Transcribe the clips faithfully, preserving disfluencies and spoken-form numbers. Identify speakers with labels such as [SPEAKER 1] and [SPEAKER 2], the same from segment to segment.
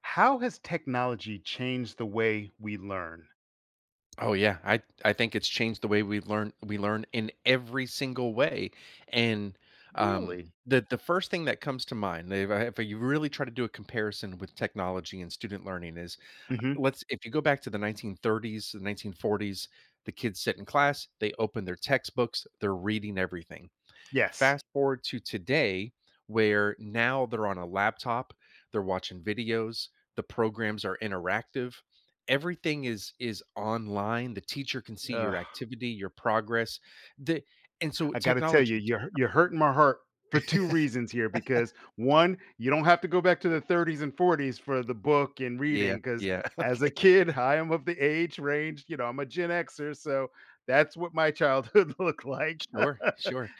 [SPEAKER 1] How has technology changed the way we learn?
[SPEAKER 2] Oh yeah, I I think it's changed the way we learn we learn in every single way, and um,
[SPEAKER 1] Really?
[SPEAKER 2] the the first thing that comes to mind if, I- if you really try to do a comparison with technology and student learning is uh,
[SPEAKER 1] hmm
[SPEAKER 2] let's if you go back to the nineteen thirties, the nineteen forties, the kids sit in class, they open their textbooks, they're reading everything.
[SPEAKER 1] Yes.
[SPEAKER 2] Fast forward to today, where now they're on a laptop, they're watching videos, the programs are interactive, everything is is online, the teacher can see
[SPEAKER 1] Ugh,
[SPEAKER 2] your activity, your progress, the and so
[SPEAKER 1] I got to tell
[SPEAKER 2] technology
[SPEAKER 1] you, you're you're hurting my heart for two reasons here. Because one, you don't have to go back to the thirties and forties for the book and reading.
[SPEAKER 2] Yeah,
[SPEAKER 1] Because
[SPEAKER 2] yeah,
[SPEAKER 1] as a
[SPEAKER 2] okay.
[SPEAKER 1] kid, I am of the age range. You know, I'm a Gen Xer, so that's what my childhood looked like.
[SPEAKER 2] Sure, sure.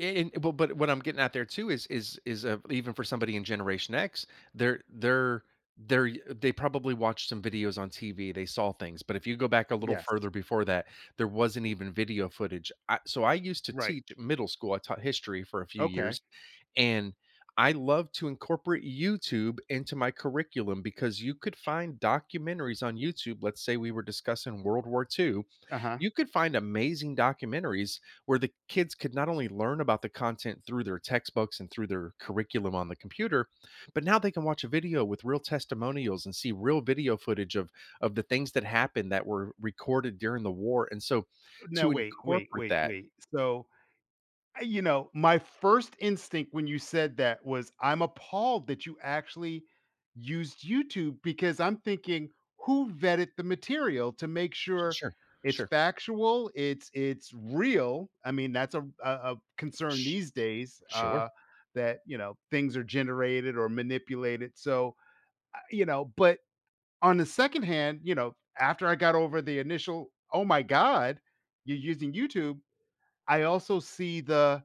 [SPEAKER 2] And but but what I'm getting at there too is is is uh, even for somebody in Generation X, they're they're they're y- they probably watched some videos on T V. They saw things, but if you go back a little
[SPEAKER 1] Yes.
[SPEAKER 2] further before that, there wasn't even video footage. I, so I used to
[SPEAKER 1] Right.
[SPEAKER 2] teach middle school. I taught history for a few
[SPEAKER 1] Okay.
[SPEAKER 2] years, and I love to incorporate YouTube into my curriculum because you could find documentaries on YouTube. Let's say we were discussing World War two,
[SPEAKER 1] Uh huh.
[SPEAKER 2] you could find amazing documentaries where the kids could not only learn about the content through their textbooks and through their curriculum on the computer, but now they can watch a video with real testimonials and see real video footage of of the things that happened that were recorded during the war. And so
[SPEAKER 1] Now
[SPEAKER 2] to
[SPEAKER 1] wait, wait,
[SPEAKER 2] incorporate
[SPEAKER 1] wait,
[SPEAKER 2] that.
[SPEAKER 1] wait. So you know, my first instinct when you said that was, I'm appalled that you actually used YouTube because I'm thinking, who vetted the material to make sure
[SPEAKER 2] Sure.
[SPEAKER 1] it's
[SPEAKER 2] Sure.
[SPEAKER 1] factual, it's it's real. I mean, that's a a, a concern
[SPEAKER 2] Sh
[SPEAKER 1] these days
[SPEAKER 2] sure.
[SPEAKER 1] uh, that you know things are generated or manipulated. So uh, you know, but on the second hand, you know, after I got over the initial, oh my god, you're using YouTube. I also see the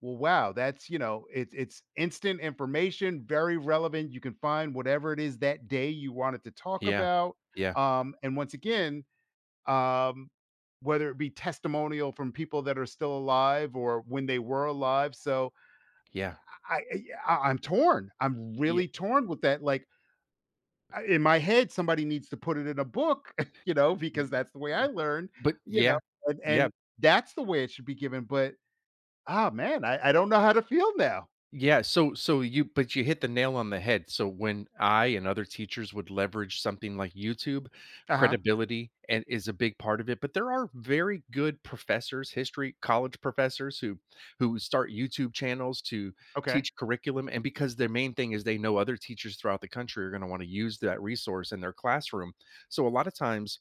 [SPEAKER 1] well, wow, that's you know, it's it's instant information, very relevant. You can find whatever it is that day you wanted to talk
[SPEAKER 2] Yeah.
[SPEAKER 1] about.
[SPEAKER 2] Yeah.
[SPEAKER 1] Um, and once again, um, whether it be testimonial from people that are still alive or when they were alive. So
[SPEAKER 2] Yeah.
[SPEAKER 1] I, I yeah, I- I'm torn. I'm
[SPEAKER 2] Yeah.
[SPEAKER 1] really torn with that. Like I- in my head, somebody needs to put it in a book, you know,
[SPEAKER 2] Y
[SPEAKER 1] because that's the way I
[SPEAKER 2] d
[SPEAKER 1] learned,
[SPEAKER 2] but
[SPEAKER 1] you know,
[SPEAKER 2] yeah.
[SPEAKER 1] and,
[SPEAKER 2] Yeah.
[SPEAKER 1] and that's the way it should be given. But ah man, I, I don't know how to feel now.
[SPEAKER 2] Yeah, so so you but you hit the nail on the head. So when I and other teachers would leverage something like YouTube,
[SPEAKER 1] Uh-huh.
[SPEAKER 2] credibility and is a big part of it. But there are very good professors, history college professors who who start YouTube channels to
[SPEAKER 1] Okay.
[SPEAKER 2] teach curriculum. And because their main thing is they know other teachers throughout the country are going to want to use that resource in their classroom. So a lot of times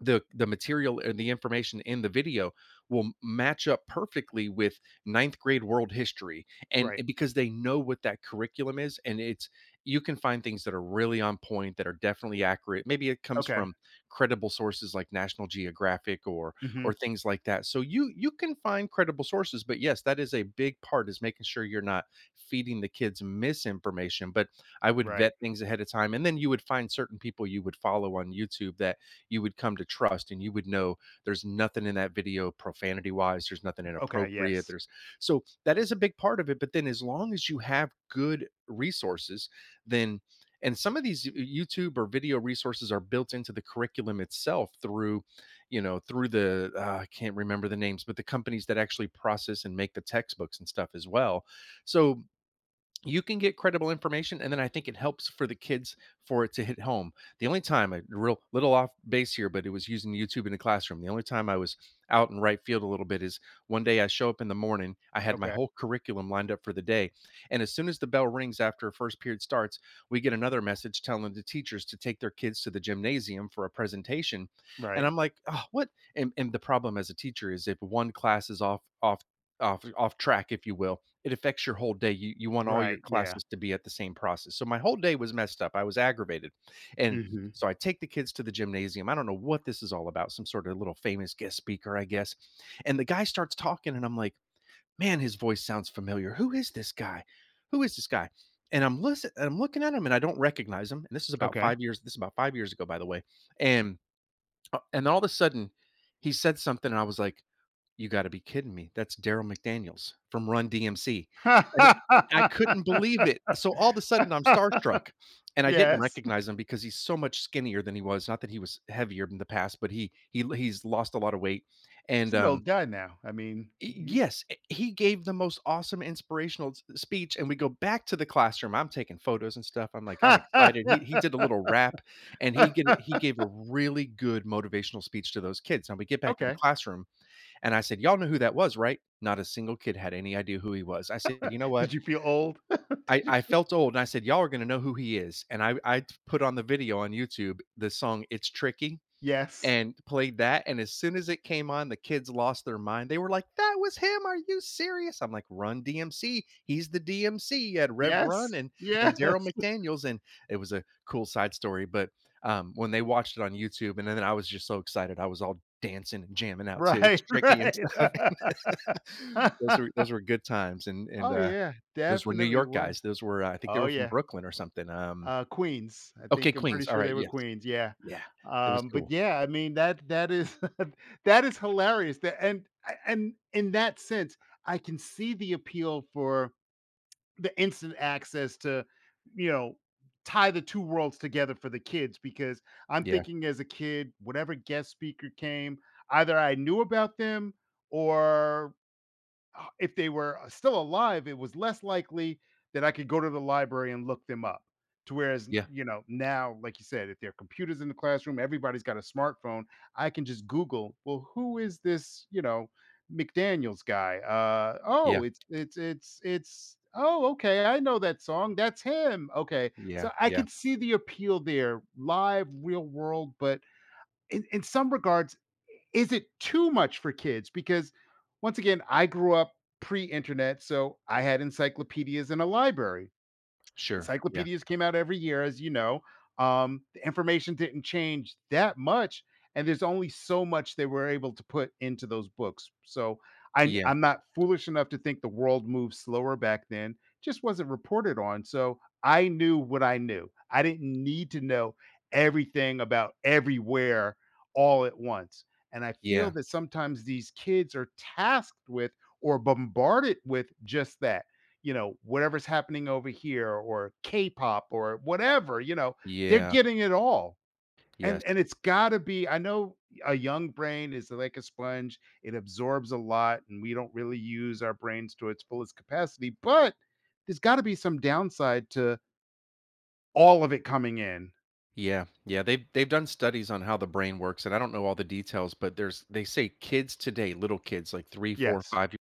[SPEAKER 2] the the material and the information in the video will match up perfectly with ninth grade world history and
[SPEAKER 1] Right.
[SPEAKER 2] and because they know what that curriculum is and it's you can find things that are really on point that are definitely accurate, maybe it comes
[SPEAKER 1] Okay.
[SPEAKER 2] from credible sources like National Geographic or
[SPEAKER 1] Mhm.
[SPEAKER 2] or things like that. So you you can find credible sources, but yes, that is a big part, is making sure you're not feeding the kids misinformation. But I would
[SPEAKER 1] Right.
[SPEAKER 2] vet things ahead of time and then you would find certain people you would follow on YouTube that you would come to trust and you would know there's nothing in that video profanity wise, there's nothing
[SPEAKER 1] Okay,
[SPEAKER 2] inappropriate.
[SPEAKER 1] yes.
[SPEAKER 2] There's so that is a big part of it. But then as long as you have good resources, then and some of these uh, YouTube or video resources are built into the curriculum itself through, you know, through the uh, I can't remember the names, but the companies that actually process and make the textbooks and stuff as well. So you can get credible information and then I think it helps for the kids for it to hit home. The only time a real little off base here, but it was using YouTube in the classroom, the only time I was out in right field a little bit is one day I show up in the morning, I had my
[SPEAKER 1] Okay.
[SPEAKER 2] whole curriculum lined up for the day, and as soon as the bell rings after first period starts, we get another message telling the teachers to take their kids to the gymnasium for a presentation, and
[SPEAKER 1] Right.
[SPEAKER 2] I'm like, oh what, and, and the problem as a teacher is if one class is off off off off track, if you will, it affects your whole day. You you want all your
[SPEAKER 1] Right, yeah.
[SPEAKER 2] classes to be at the same process. So my whole day was messed up. I was aggravated. And
[SPEAKER 1] Mhm.
[SPEAKER 2] so I take the kids to the gymnasium. I don't know what this is all about. Some sort of little famous guest speaker, I guess. And the guy starts talking and I'm like, "Man, his voice sounds familiar. Who is this guy? Who is this guy?" And I'm listen I'm looking at him and I don't recognize him. And this is about
[SPEAKER 1] Okay.
[SPEAKER 2] 5 years this is about five years ago, by the way. And uh, and all of a sudden he said something and I was like, you gotta be kidding me. That's Daryl McDaniels from Run D M C, and I couldn't believe it. So, all of a sudden, I'm starstruck, and I didn't
[SPEAKER 1] Yes.
[SPEAKER 2] recognize him because he's so much skinnier than he was. Not that he was heavier in the past, but he he he's lost a lot of weight, and,
[SPEAKER 1] She's an
[SPEAKER 2] um,
[SPEAKER 1] old guy now. I mean,
[SPEAKER 2] y
[SPEAKER 1] he's
[SPEAKER 2] yes, eh, he gave the most awesome inspirational s speech, and we go back to the classroom. I'm taking photos and stuff. I'm like, I'm excited. He he did a little rap, and he gave he gave a really good motivational speech to those kids. Now we get back to the
[SPEAKER 1] Okay.
[SPEAKER 2] classroom and I said, "Y'all know who that was, right?" Not a single kid had any idea who he was. I said, "You know what?
[SPEAKER 1] Did you feel old?
[SPEAKER 2] I, I felt old." And I said, "Y'all are going to know who he is." And I, I put on the video on YouTube the song It's Tricky
[SPEAKER 1] Yes.
[SPEAKER 2] and played that. And as soon as it came on, the kids lost their mind. They were like, "That was him. Are you serious?" I'm like, "Run D M C. He's the D M C. You had Rev Run
[SPEAKER 1] Yes.
[SPEAKER 2] and, and Daryl
[SPEAKER 1] Yes.
[SPEAKER 2] McDaniels." And it was a cool side story. But um, when they watched it on YouTube, and then I was just so excited. I was all dancing and jamming out to It's
[SPEAKER 1] Right,
[SPEAKER 2] Tricky and
[SPEAKER 1] right.
[SPEAKER 2] stuff. Those were those were good times, and and,
[SPEAKER 1] Oh,
[SPEAKER 2] uh,
[SPEAKER 1] yeah.
[SPEAKER 2] those were New
[SPEAKER 1] Definitely
[SPEAKER 2] York
[SPEAKER 1] were.
[SPEAKER 2] guys. Those were, uh, I think they
[SPEAKER 1] Oh,
[SPEAKER 2] were from
[SPEAKER 1] yeah.
[SPEAKER 2] Brooklyn or something, um,
[SPEAKER 1] Uh, Queens. I
[SPEAKER 2] okay,
[SPEAKER 1] think I'm pretty
[SPEAKER 2] Queens,
[SPEAKER 1] sure they
[SPEAKER 2] alright,
[SPEAKER 1] were
[SPEAKER 2] yes,
[SPEAKER 1] Queens, yeah.
[SPEAKER 2] yeah, it was
[SPEAKER 1] Um, but
[SPEAKER 2] cool.
[SPEAKER 1] yeah, I mean, that that is that is hilarious, that and and in that sense, I can see the appeal for the instant access to, you know, tie the two worlds together for the kids because I'm
[SPEAKER 2] Yeah,
[SPEAKER 1] thinking as a kid, whatever guest speaker came, either I knew about them or uh, if they were uh, still alive, it was less likely that I could go to the library and look them up. To whereas,
[SPEAKER 2] yeah,
[SPEAKER 1] you know, now, like you said, if there are computers in the classroom, everybody's got a smartphone. I can just Google, well, who is this, you know, McDaniels guy? Uh, oh,
[SPEAKER 2] yeah,
[SPEAKER 1] it's, it's, it's, it's, oh, okay. I know that song. That's him. Okay. So
[SPEAKER 2] yeah,
[SPEAKER 1] I
[SPEAKER 2] yeah,
[SPEAKER 1] could see the appeal there, live, real world, but in, in some regards, is it too much for kids? Because once again, I grew up pre internet, so I had encyclopedias in a library
[SPEAKER 2] sure, yeah,
[SPEAKER 1] encyclopedias came out every year, as you know. Um, the information didn't change that much, and there's only so much they were able to put into those books. So I,
[SPEAKER 2] yeah,
[SPEAKER 1] I'm not foolish enough to think the world moved slower back then. Just wasn't reported on. So I knew what I knew. I didn't need to know everything about everywhere all at once. And I feel
[SPEAKER 2] yeah,
[SPEAKER 1] that sometimes these kids are tasked with or bombarded with just that you know, whatever's happening over here or K-pop or whatever, you know, they're
[SPEAKER 2] yeah,
[SPEAKER 1] getting it all. And
[SPEAKER 2] yes,
[SPEAKER 1] and it's got to be I know a young brain is like a sponge. It absorbs a lot and we don't really use our brains to its fullest capacity, but there's got to be some downside to all of it coming in.
[SPEAKER 2] yeah, yeah, they've they've done studies on how the brain works, and I don't know all the details, but there's they say kids today, little kids, like three, four,
[SPEAKER 1] Yes.
[SPEAKER 2] five.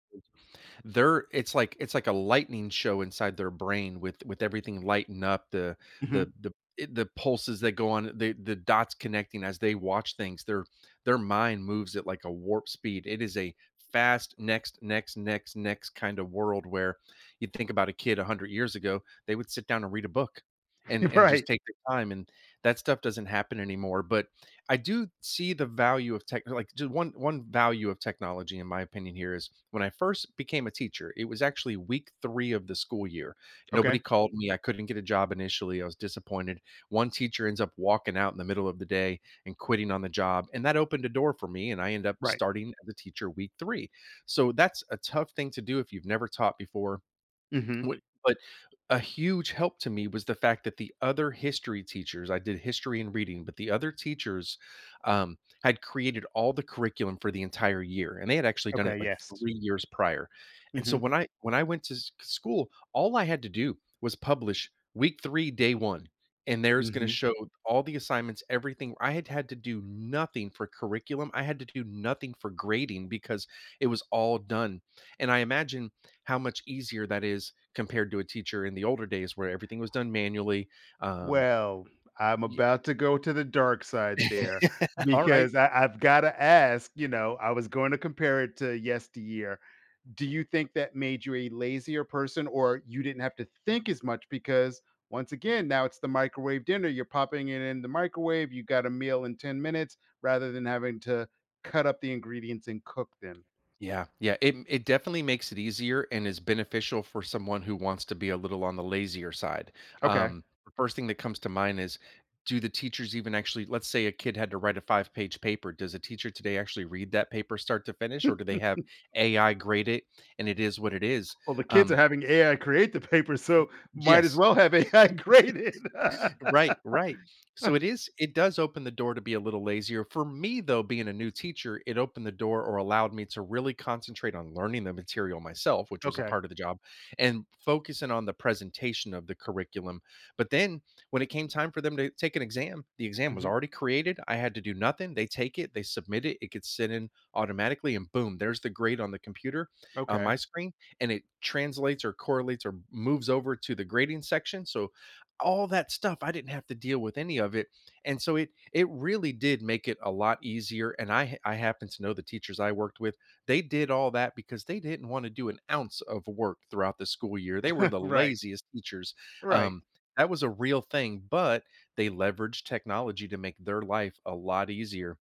[SPEAKER 2] They're it's like it's like a lightning show inside their brain with with everything lighting up the
[SPEAKER 1] Mhm.
[SPEAKER 2] the the it- the pulses that go on, the the dots connecting as they watch things. their their mind moves at like a warp speed. It is a fast, next next next next kind of world where you think about a kid one hundred years ago, they would sit down and read a book and and
[SPEAKER 1] Right.
[SPEAKER 2] just take the time, and that stuff doesn't happen anymore. But I do see the value of tech, like just one one value of technology in my opinion here is when I first became a teacher, it was actually week three of the school year. Nobody
[SPEAKER 1] Okay.
[SPEAKER 2] called me. I couldn't get a job initially. I was disappointed. One teacher ends up walking out in the middle of the day and quitting on the job, and that opened a door for me and I end up
[SPEAKER 1] Right.
[SPEAKER 2] starting as a teacher week three. So that's a tough thing to do if you've never taught before.
[SPEAKER 1] Mhm.
[SPEAKER 2] What but a huge help to me was the fact that the other history teachers, I did history and reading, but the other teachers, um, had created all the curriculum for the entire year, and they had actually done
[SPEAKER 1] Okay,
[SPEAKER 2] it, like,
[SPEAKER 1] yes.
[SPEAKER 2] three years prior, and so
[SPEAKER 1] Mhm.
[SPEAKER 2] when I when I went to s school, all I had to do was publish week three, day one, and there's gonna
[SPEAKER 1] Mhm.
[SPEAKER 2] show all the assignments, everything. I had had to do nothing for curriculum, I had to do nothing for grading because it was all done, and I imagine how much easier that is compared to a teacher in the older days where everything was done manually. Um,
[SPEAKER 1] Well, I'm
[SPEAKER 2] y
[SPEAKER 1] about to go to the dark side there
[SPEAKER 2] All right.
[SPEAKER 1] because I I've gotta ask, you know, I was going to compare it to yesteryear. Do you think that made you a lazier person or you didn't have to think as much because once again, now it's the microwave dinner, you're popping it in the microwave, you got a meal in ten minutes rather than having to cut up the ingredients and cook them.
[SPEAKER 2] Yeah, yeah, it it definitely makes it easier and is beneficial for someone who wants to be a little on the lazier side.
[SPEAKER 1] Okay.
[SPEAKER 2] Um, the first thing that comes to mind is, do the teachers even actually, let's say a kid had to write a five-page paper, does a teacher today actually read that paper start to finish, or do they have A I grade it, and it is what it is?
[SPEAKER 1] Well, the kids are
[SPEAKER 2] Um.
[SPEAKER 1] having A I create the paper, so might as
[SPEAKER 2] Yes.
[SPEAKER 1] well have A I graded.
[SPEAKER 2] Right, right. So it is it does open the door to be a little lazier. For me, though, being a new teacher, it opened the door or allowed me to really concentrate on learning the material myself, which was a
[SPEAKER 1] Okay.
[SPEAKER 2] part of the job, and focusing on the presentation of the curriculum. But then when it came time for them to take an exam, the exam was
[SPEAKER 1] Mhm.
[SPEAKER 2] already created. I had to do nothing. They take it, they submit it, it gets sent in automatically, and boom, there's the grade on the computer on
[SPEAKER 1] Okay.
[SPEAKER 2] my screen, and it translates or correlates or moves over to the grading section. So all that stuff I didn't have to deal with any of it. And so it it really did make it a lot easier, and i ha- i happen to know the teachers I worked with, they did all that because they didn't want to do an ounce of work throughout the school year. They were the
[SPEAKER 1] Right.
[SPEAKER 2] laziest teachers,
[SPEAKER 1] Right.
[SPEAKER 2] um, that was a real thing. But they leveraged technology to make their life a lot easier,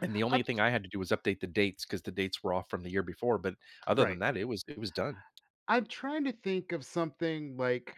[SPEAKER 2] and the only
[SPEAKER 1] I'm
[SPEAKER 2] thing I had to do was update the dates because the dates were off from the year before. But other
[SPEAKER 1] right.
[SPEAKER 2] than that, it was it was done.
[SPEAKER 1] I'm trying to think of something like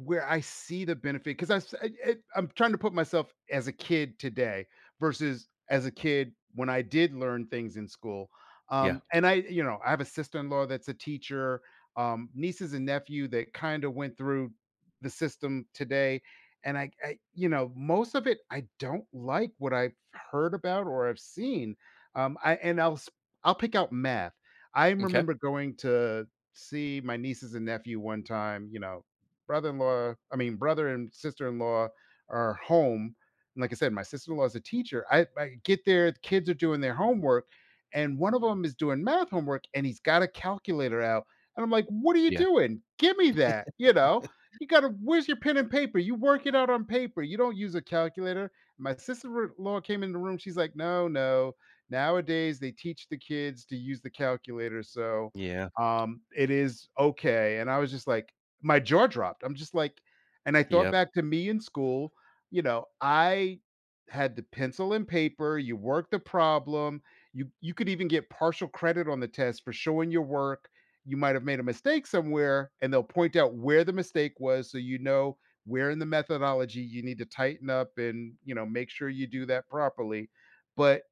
[SPEAKER 1] where I see the benefit, because I, s- I- I- I'm trying to put myself as a kid today versus as a kid when I did learn things in school.
[SPEAKER 2] Yeah,
[SPEAKER 1] Um, and I, you know, I have a sister-in-law that's a teacher, um, nieces and nephew that kind of went through the system today. And I, I, you know, most of it I don't like what I've heard about or I've seen. Um, I and I'll s- I'll pick out math. I
[SPEAKER 2] okay.
[SPEAKER 1] remember going to see my nieces and nephew one time, you know, brother-in-law, I mean, brother and sister-in-law are home. And like I said, my sister-in-law is a teacher. I, I get there, the kids are doing their homework, and one of them is doing math homework, and he's got a calculator out. And I'm like, what are you
[SPEAKER 2] Yeah,
[SPEAKER 1] doing? Give me that. You know, you got to, where's your pen and paper? You work it out on paper. You don't use a calculator. My sister-in-law came in the room. She's like, no, no. Nowadays, they teach the kids to use the calculator. So,
[SPEAKER 2] yeah,
[SPEAKER 1] um, it is okay. And I was just like, my jaw dropped. I'm just like and I thought
[SPEAKER 2] yep.
[SPEAKER 1] back to me in school, you know, I had the pencil and paper, you worked the problem, you you could even get partial credit on the test for showing your work. You might have made a mistake somewhere and they'll point out where the mistake was so you know where in the methodology you need to tighten up and, you know, make sure you do that properly. But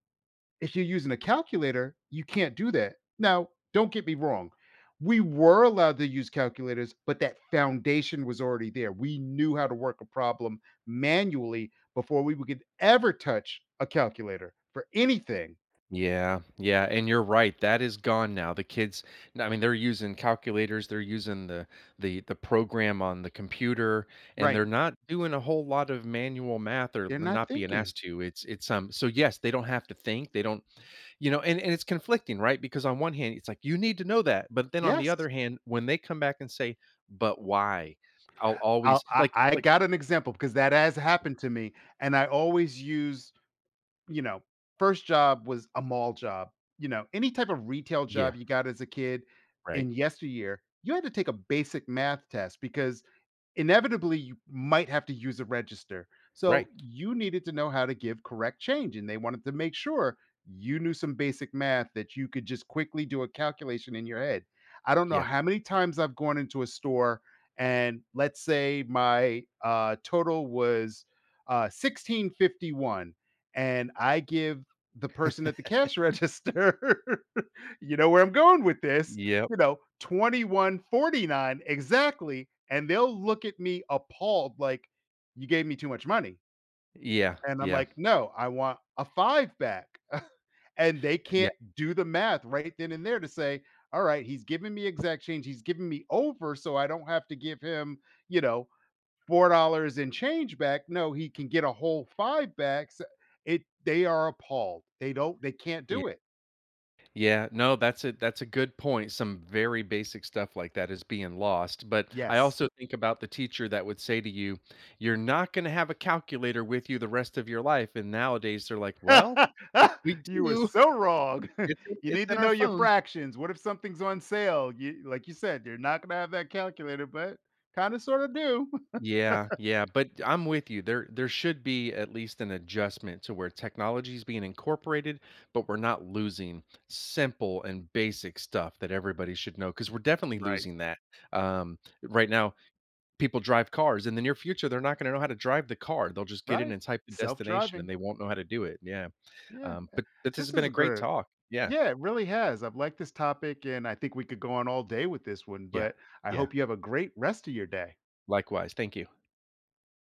[SPEAKER 1] if you're using a calculator, you can't do that. Now, don't get me wrong. We were allowed to use calculators, but that foundation was already there. We knew how to work a problem manually before we could ever touch a calculator for anything.
[SPEAKER 2] Yeah, yeah, and you're right. That is gone now. The kids, n- I mean, they're using calculators, they're using the the the program on the computer, and
[SPEAKER 1] Right.
[SPEAKER 2] they're not doing a whole lot of manual math, or l-
[SPEAKER 1] They're not
[SPEAKER 2] not being
[SPEAKER 1] thinking.
[SPEAKER 2] asked to. It's it's um so yes, they don't have to think. They don't, you know, and, and it's conflicting, right? Because on one hand, it's like you need to know that, but then on the
[SPEAKER 1] Yes.
[SPEAKER 2] other hand, when they come back and say, but why? I'll
[SPEAKER 1] I'll,
[SPEAKER 2] always
[SPEAKER 1] I,
[SPEAKER 2] like
[SPEAKER 1] I
[SPEAKER 2] like
[SPEAKER 1] got an example because that has happened to me. And I always use you know, first job was a mall job. You know, any type of retail
[SPEAKER 2] yeah,
[SPEAKER 1] job you got as a kid in
[SPEAKER 2] right,
[SPEAKER 1] yesteryear, you had to take a basic math test because inevitably you might have to use a register. So
[SPEAKER 2] right.
[SPEAKER 1] you needed to know how to give correct change, and they wanted to make sure you knew some basic math that you could just quickly do a calculation in your head. I don't know
[SPEAKER 2] Yeah.
[SPEAKER 1] how many times I've gone into a store and let's say my uh, total was uh, sixteen fifty-one and I give the person at the cash register, you know where I'm going with this,
[SPEAKER 2] Yep.
[SPEAKER 1] you know, twenty-one forty-nine exactly, and they'll look at me appalled like, "You gave me too much money."
[SPEAKER 2] Yeah.
[SPEAKER 1] And I'm
[SPEAKER 2] Yeah.
[SPEAKER 1] like, "No, I want a five back." And they
[SPEAKER 2] Yeah.
[SPEAKER 1] can't do the math right then and there to say, "All right, he's giving me exact change, he's giving me over, so I don't have to give him, you know, four dollars and change back. No, he can get a whole five back. So it they are appalled. They don't they can't do it."
[SPEAKER 2] Yeah, no, that's a that's a good point. Some very basic stuff like that is being lost. But I
[SPEAKER 1] Yes.
[SPEAKER 2] also think about the teacher that would say to you, "You're not going to have a calculator with you the rest of your life." And nowadays they're like, "Well, we
[SPEAKER 1] You were
[SPEAKER 2] do.
[SPEAKER 1] so wrong.
[SPEAKER 2] It's in,
[SPEAKER 1] You need
[SPEAKER 2] it's in
[SPEAKER 1] to
[SPEAKER 2] our
[SPEAKER 1] know your
[SPEAKER 2] phones."
[SPEAKER 1] fractions. What if something's on sale? You like you said, you're not gonna have that calculator, but kinda sorta do.
[SPEAKER 2] Yeah, yeah, but I'm with you. There there should be at least an adjustment to where technology is being incorporated, but we're not losing simple and basic stuff that everybody should know because we're definitely
[SPEAKER 1] Right.
[SPEAKER 2] losing that. Um, right now people drive cars. In the near future, they're not gonna know how to drive the car. They'll just get in
[SPEAKER 1] Right.
[SPEAKER 2] and type the destination, and
[SPEAKER 1] Self-driving.
[SPEAKER 2] they won't know how to do it. Yeah,
[SPEAKER 1] Yeah.
[SPEAKER 2] um,
[SPEAKER 1] Uh,
[SPEAKER 2] but this has
[SPEAKER 1] this
[SPEAKER 2] been
[SPEAKER 1] is
[SPEAKER 2] a
[SPEAKER 1] a
[SPEAKER 2] great
[SPEAKER 1] good
[SPEAKER 2] talk. Yeah,
[SPEAKER 1] yeah, it really has. I've liked this topic, and I think we could go on all day with this one,
[SPEAKER 2] yeah,
[SPEAKER 1] but I
[SPEAKER 2] yeah.
[SPEAKER 1] hope you have a great rest of your day.
[SPEAKER 2] Likewise. Thank you.